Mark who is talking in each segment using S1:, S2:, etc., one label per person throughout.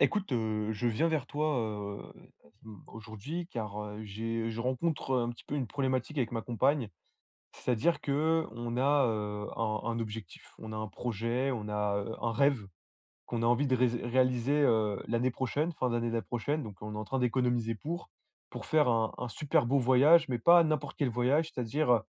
S1: Écoute, je viens vers toi, heu, mmh, aujourd'hui car, j'ai je rencontre un petit peu une problématique avec ma compagne. C'est-à-dire que on a, un objectif, on a un projet, on a, un rêve qu'on a envie de rés réaliser, l'année prochaine, fin d'année la prochaine, donc on est en train d'économiser pour faire un super beau voyage, mais pas n'importe quel voyage, c'est-à-dire,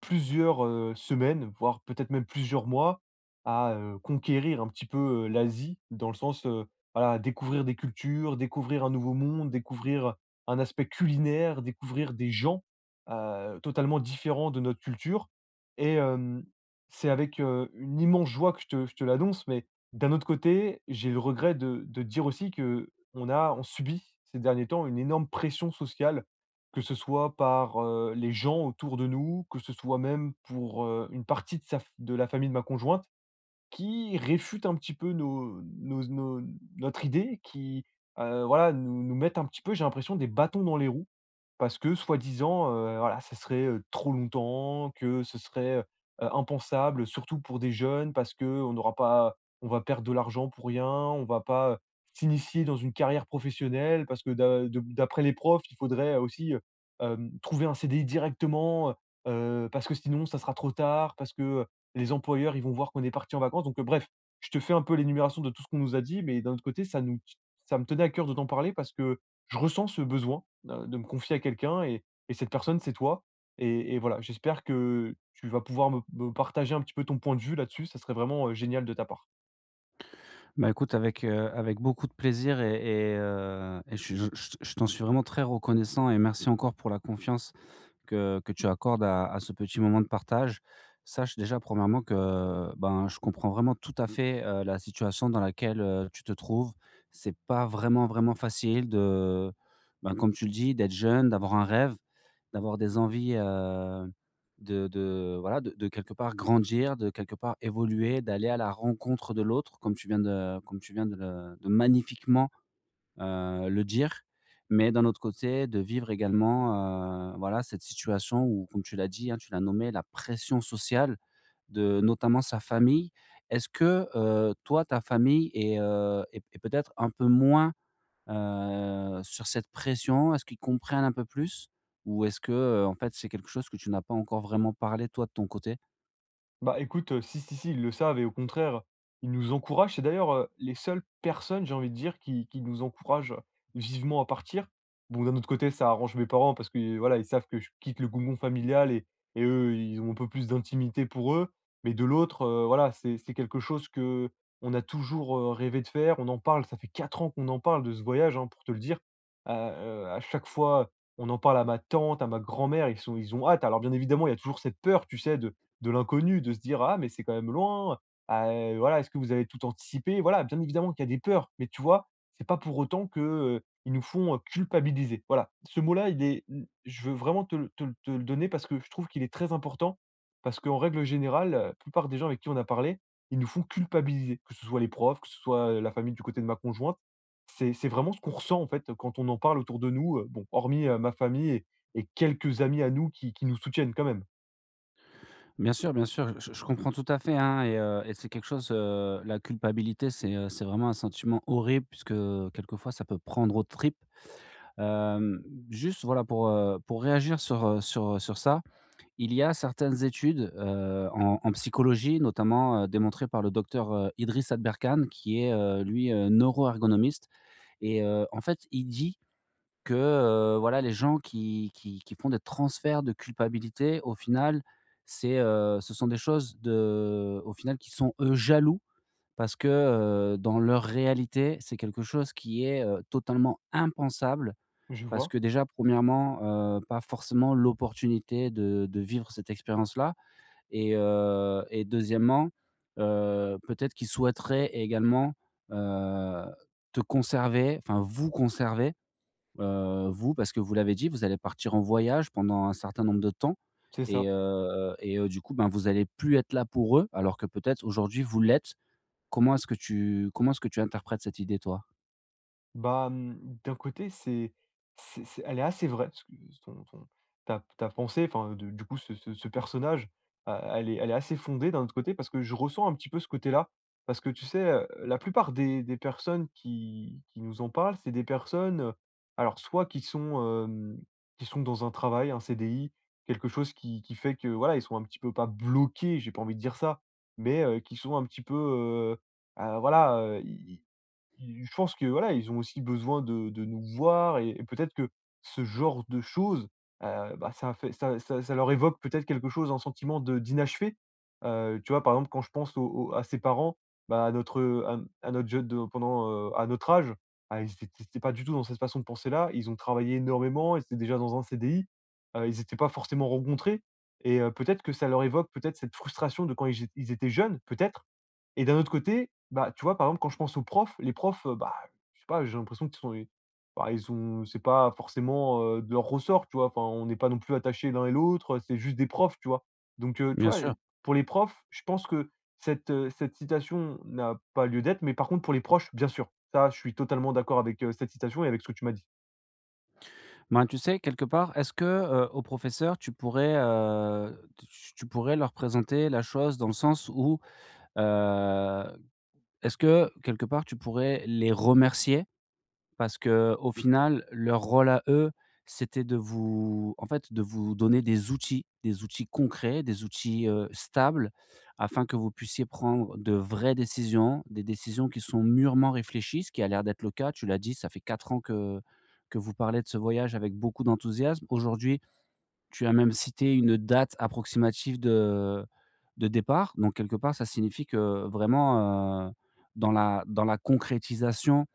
S1: plusieurs, semaines, voire peut-être même plusieurs mois à, conquérir un petit peu, l'Asie dans le sens, voilà, découvrir des cultures, découvrir un nouveau monde, découvrir un aspect culinaire, découvrir des gens, totalement différents de notre culture. et hem, c'est avec, une immense joie que je te l'annonce, mais d'un autre côté, j'ai le regret de dire aussi que on subit ces derniers temps une énorme pression sociale, que ce soit par, les gens autour de nous, que ce soit même pour, une partie de sa f de la famille de ma conjointe, qui réfute un petit peu nos nos nos notre idée, qui, voilà, nous nous mettent un petit peu, j'ai l'impression, des bâtons dans les roues. Parce que soi-disant, voilà, ça serait, trop longtemps, que ce serait, impensable, surtout pour des jeunes parce que on n'aura pas on va perdre de l'argent pour rien, on va pas, s'initier dans une carrière professionnelle parce que d'après les profs, il faudrait aussi, trouver un CDI directement, parce que sinon ça sera trop tard, parce que les employeurs, ils vont voir qu'on est parti en vacances. Donc bref, je te fais un peu l'énumération de tout ce qu'on nous a dit, mais d'un autre côté, ça me tenait à cœur de t'en parler parce que je ressens ce besoin de me confier à quelqu'un, et cette personne, c'est toi. Et voilà, j'espère que tu vas pouvoir me partager un petit peu ton point de vue là-dessus, ça serait vraiment, génial de ta part.
S2: Bah, écoute, avec, avec beaucoup de plaisir et et je t'en suis vraiment très reconnaissant et merci encore pour la confiance que tu accordes à ce petit moment de partage. Sache déjà, premièrement, que, ben, je comprends vraiment tout à fait, la situation dans laquelle, tu te trouves. C'est pas vraiment, vraiment facile de, ben, comme tu le dis, d'être jeune, d'avoir un rêve, d'avoir des envies, de voilà, de quelque part grandir, de quelque part évoluer, d'aller à la rencontre de l'autre, comme tu viens de le de magnifiquement le dire, mais d'un autre côté, de vivre également, voilà, cette situation où, comme tu l'as dit, hein, tu l'as nommé, la pression sociale de notamment sa famille. Est-ce que, toi, ta famille est, est peut-être un peu moins, sur cette pression? Est-ce qu'ils comprennent un peu plus? Ou est-ce que, en fait, c'est quelque chose que tu n'as pas encore vraiment parlé, toi, de ton côté?
S1: Bah, écoute, si, si, si, ils le savent et au contraire, ils nous encouragent. C'est d'ailleurs, les seules personnes, j'ai envie de dire, qui nous encouragent vivement à partir. Bon, d'un autre côté, ça arrange mes parents parce que, voilà, ils savent que je quitte le cocon familial et eux, ils ont un peu plus d'intimité pour eux. Mais de l'autre, voilà, c'est quelque chose que on a toujours, rêvé de faire. On en parle, ça fait 4 ans qu'on en parle de ce voyage, hein, pour te le dire. À chaque fois, on en parle à ma tante, à ma grand-mère, ils ont hâte. Alors bien évidemment, il y a toujours cette peur, tu sais, de l'inconnu, de se dire: «Ah, mais c'est quand même loin, ah, voilà, est-ce que vous avez tout anticipé ?» Voilà, bien évidemment qu'il y a des peurs, mais tu vois, c'est pas pour autant que, ils nous font, culpabiliser. Voilà, ce mot-là, il est n je veux vraiment te le donner parce que je trouve qu'il est très important, parce qu'en règle générale, la plupart des gens avec qui on a parlé, ils nous font culpabiliser, que ce soit les profs, que ce soit, la famille du côté de ma conjointe. C'est vraiment ce qu'on ressent, en fait, quand on en parle autour de nous, bon, hormis, ma famille et quelques amis à nous qui nous soutiennent quand même.
S2: Bien sûr, je comprends tout à fait, hein et et c'est quelque chose, la culpabilité, c'est vraiment un sentiment horrible puisque, quelquefois ça peut prendre aux tripes. Hem, juste voilà pour réagir sur, sur, sur ça, il y a certaines études, en en psychologie notamment, démontrées par le docteur, Idriss Adberkan qui est, lui, neuroergonomiste en fait il dit que, voilà, les gens qui font des transferts de culpabilité, au final, c'est, ce sont des choses de au final, qui sont, eux, jaloux parce que, dans leur réalité, c'est quelque chose qui est, totalement impensable.
S1: Je
S2: Parce
S1: vois,
S2: que déjà, premièrement pas forcément l'opportunité de vivre cette expérience-là et et deuxièmement peut-être qu'ils souhaiteraient également, heu, te conserver, enfin vous conserver. Vous, parce que vous l'avez dit, vous allez partir en voyage pendant un certain nombre de temps
S1: c'est
S2: et
S1: ça.
S2: heu du coup, ben, vous allez plus être là pour eux, alors que peut-être aujourd'hui vous l'êtes. Comment est-ce que tu interprètes cette idée, toi?
S1: Bah, mmh, d'un côté, c'est elle est assez vraie, ce que ton ton ta pensée, enfin, de du coup, ce personnage, elle est assez fondée d'un autre côté parce que je ressens un petit peu ce côté-là. Parce que tu sais, la plupart des personnes qui nous en parlent, c'est des personnes, alors soit qui sont, qui sont dans un travail, un CDI, quelque chose qui fait que, voilà, ils sont un petit peu pas bloqués, j'ai pas envie de dire ça, mais qui sont un petit peu, voilà, ils je pense que voilà, ils ont aussi besoin de nous voir, et peut-être que ce genre de choses, bah, ça fait ça ça ça leur évoque peut-être quelque chose, un sentiment de d'inachevé. Tu vois, par exemple, quand je pense aux aux à ses parents, bah, à notre, à notre à notre âge, ah, ils n'étaient pas du tout dans cette façon de penser-là. Ils ont travaillé énormément, ils étaient déjà dans un CDI, ils n'étaient pas forcément rencontrés, et peut-être que ça leur évoque peut-être cette frustration de quand ils étaient jeunes, peut-être. Et d'un autre côté, bah, tu vois, par exemple, quand je pense aux profs, les profs, bah, je sais pas, j'ai l'impression qu'ils sont i bah, ils ont, c'est pas forcément, de leur ressort, tu vois? Enfin, on n'est pas non plus attachés l'un et l'autre, c'est juste des profs, tu vois? Donc,
S2: Bien sûr.
S1: pour les profs, je pense que cette, cette citation n'a pas lieu d'être, mais par contre pour les proches, bien sûr. Ça, je suis totalement d'accord avec, cette citation et avec ce que tu m'as dit.
S2: Ben, tu sais, quelque part, est-ce que, aux professeurs, tu pourrais, tu pourrais leur présenter la chose dans le sens où, heu, est-ce que, quelque part, tu pourrais les remercier? Parce que au final, leur rôle à eux, c'était de vous en fait, de vous donner des outils concrets, des outils, stables afin que vous puissiez prendre de vraies décisions, des décisions qui sont mûrement réfléchies, ce qui a l'air d'être le cas. Tu l'as dit, ça fait 4 ans que vous parlez de ce voyage avec beaucoup d'enthousiasme. Aujourd'hui, tu as même cité une date approximative de départ, donc quelque part, ça signifie que vraiment, dans la concrétisation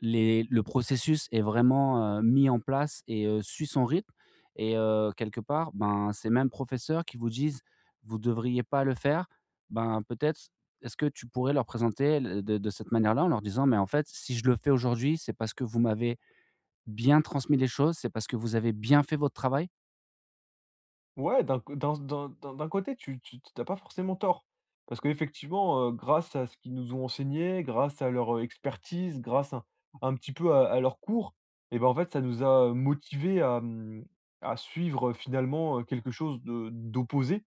S2: les le processus est vraiment, mis en place suit son rythme quelque part, ben, ces mêmes professeurs qui vous disent: «Vous devriez pas le faire», ben, peut-être, est-ce que tu pourrais leur présenter le de cette manière-là en leur disant: «Mais en fait, si je le fais aujourd'hui, c'est parce que vous m'avez bien transmis les choses, c'est parce que vous avez bien fait votre travail».
S1: Ouais, d'un co d'un d'un d'un d'un côté, tu as pas forcément tort. Parce qu'effectivement, grâce à ce qu'ils nous ont enseigné, grâce à leur, expertise, grâce un petit peu à leurs cours, ben, en fait, ça nous a motivés à, à suivre, finalement, quelque chose de d'opposé.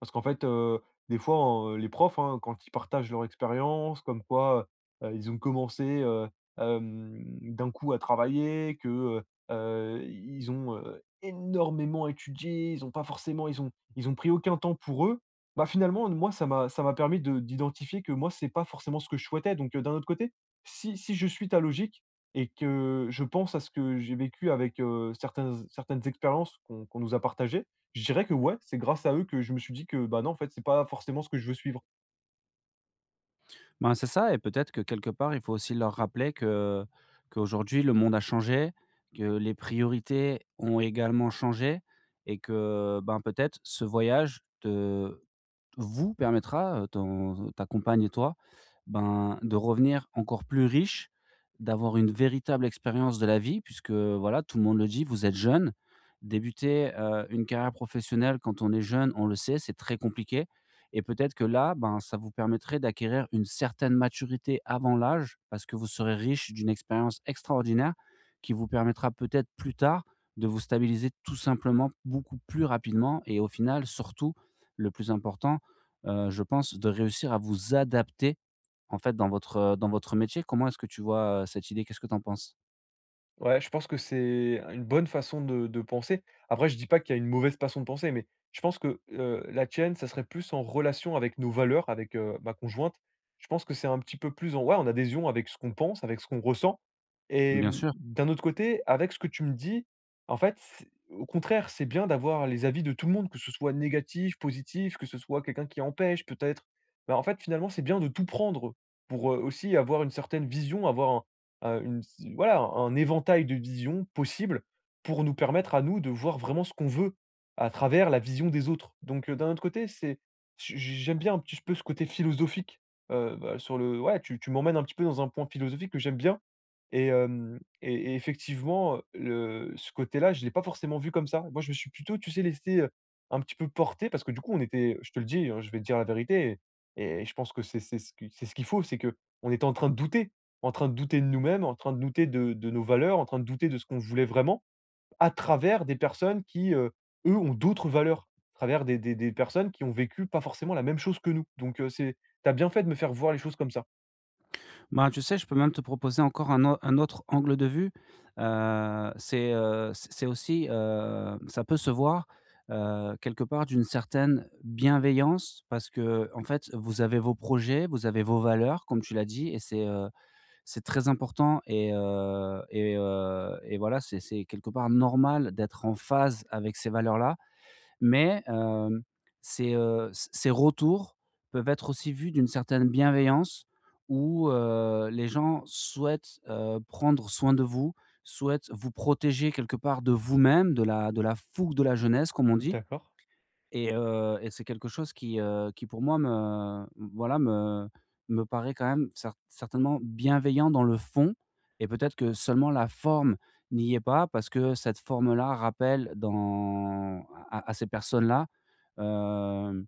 S1: Parce qu'en fait, des fois, en les profs, hein, quand ils partagent leur expérience, comme quoi, ils ont commencé, hem, d'un coup à travailler, que, heu ils ont énormément étudié, ils ont pas forcément, ils ont pris aucun temps pour eux. Bah, finalement, moi, ça m'a permis de d'identifier que moi, c'est pas forcément ce que je souhaitais. Donc, d'un autre côté, si je suis ta logique, et que je pense à ce que j'ai vécu avec, certains certaines expériences qu'on nous a partagées, je dirais que ouais, c'est grâce à eux que je me suis dit que, bah, non, en fait, c'est pas forcément ce que je veux suivre.
S2: Ben, c'est ça et peut-être que quelque part, il faut aussi leur rappeler que qu'aujourd'hui le monde a changé, que les priorités ont également changé et que, ben, peut-être ce voyage te vous permettra, ton ta compagne et toi, ben, de revenir encore plus riche, d'avoir une véritable expérience de la vie puisque, voilà, tout le monde le dit, vous êtes jeune. Débuter, une carrière professionnelle quand on est jeune, on le sait, c'est très compliqué et peut-être que là, ben, ça vous permettrait d'acquérir une certaine maturité avant l'âge parce que vous serez riche d'une expérience extraordinaire qui vous permettra peut-être plus tard de vous stabiliser tout simplement beaucoup plus rapidement et au final, surtout, le plus important je pense, de réussir à vous adapter, en fait, dans votre métier. Comment est-ce que tu vois, cette idée? Qu'est-ce que tu en penses?
S1: Ouais, je pense que c'est une bonne façon de penser. Après, je dis pas qu'il y a une mauvaise façon de penser, mais je pense que, la tienne, ça serait plus en relation avec nos valeurs, avec, ma conjointe. Je pense que c'est un petit peu plus en, ouais, en adhésion avec ce qu'on pense, avec ce qu'on ressent, et
S2: Bien
S1: mmh,
S2: sûr.
S1: d'un autre côté, avec ce que tu me dis, en fait, c'est au contraire, c'est bien d'avoir les avis de tout le monde, que ce soit négatif, positif, que ce soit quelqu'un qui empêche peut-être. Bah, en fait, finalement, c'est bien de tout prendre pour, aussi avoir une certaine vision, avoir un une, voilà, un éventail de visions possibles pour nous permettre à nous de voir vraiment ce qu'on veut à travers la vision des autres. Donc, d'un autre côté, c'est, j j'aime bien un petit peu ce côté philosophique, bah, sur le, ouais, tu m'emmènes un petit peu dans un point philosophique que j'aime bien. Et hem Et effectivement, le ce côté-là, je ne l'ai pas forcément vu comme ça. Moi, je me suis plutôt, tu sais, laissé, un petit peu porter parce que du coup, on était, je te le dis, hein, je vais te dire la vérité, et je pense que c'est ce qui c'est ce qu'il faut, c'est que on était en train de douter, de nous-mêmes, en train de douter de nos valeurs, en train de douter de ce qu'on voulait vraiment, à travers des personnes qui, eux, ont d'autres valeurs, à travers des personnes qui ont vécu pas forcément la même chose que nous. Donc, c'est, t'as bien fait de me faire voir les choses comme ça.
S2: Ben, tu sais, je peux même te proposer encore un autre angle de vue. C'est, c'est aussi, ça peut se voir, quelque part d'une certaine bienveillance parce que en fait, vous avez vos projets, vous avez vos valeurs, comme tu l'as dit et c'est très important et et et voilà, c'est quelque part normal d'être en phase avec ces valeurs-là. Mais hem, ces, c ces retours peuvent être aussi vus d'une certaine bienveillance où, les gens souhaitent, prendre soin de vous, souhaitent vous protéger quelque part de vous-même, de la fougue de la jeunesse, comme on dit
S1: D'accord.
S2: et et c'est quelque chose qui pour moi me voilà, me paraît quand même certainement bienveillant dans le fond et peut-être que seulement la forme n'y est pas parce que cette forme-là rappelle dans à ces personnes-là, heu,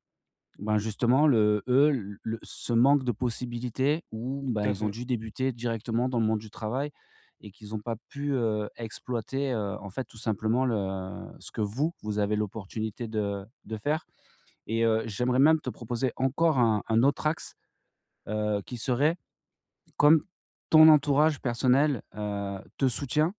S2: ben, justement le eux, le ce manque de possibilités où, ben,
S1: Tout à
S2: ils ont
S1: fait.
S2: dû débuter directement dans le monde du travail et qu'ils n'ont pas pu, exploiter, en fait, tout simplement le ce que vous, vous avez l'opportunité de faire. Et j'aimerais même te proposer encore un autre axe, qui serait comme ton entourage personnel, te soutient,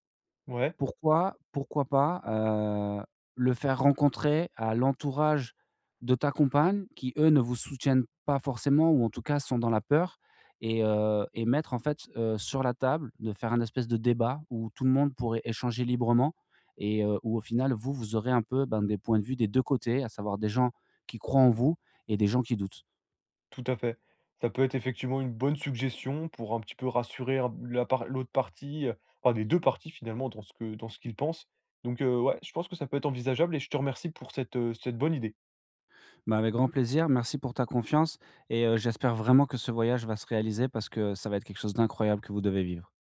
S1: Ouais,
S2: pourquoi pas, heu, le faire rencontrer à l'entourage de ta compagne qui, eux, ne vous soutiennent pas forcément ou en tout cas sont dans la peur et et mettre en fait, sur la table, de faire un espèce de débat où tout le monde pourrait échanger librement où au final vous, vous aurez un peu, ben, des points de vue des 2 côtés, à savoir des gens qui croient en vous et des gens qui doutent.
S1: tout à fait. Ça peut être effectivement une bonne suggestion pour un petit peu rassurer un la par l'autre partie, enfin les 2 parties finalement dans ce que dans ce qu'ils pensent. Donc, ouais, je pense que ça peut être envisageable, et je te remercie pour cette, cette bonne idée.
S2: Ben, avec grand plaisir, merci pour ta confiance j'espère vraiment que ce voyage va se réaliser parce que ça va être quelque chose d'incroyable que vous devez vivre.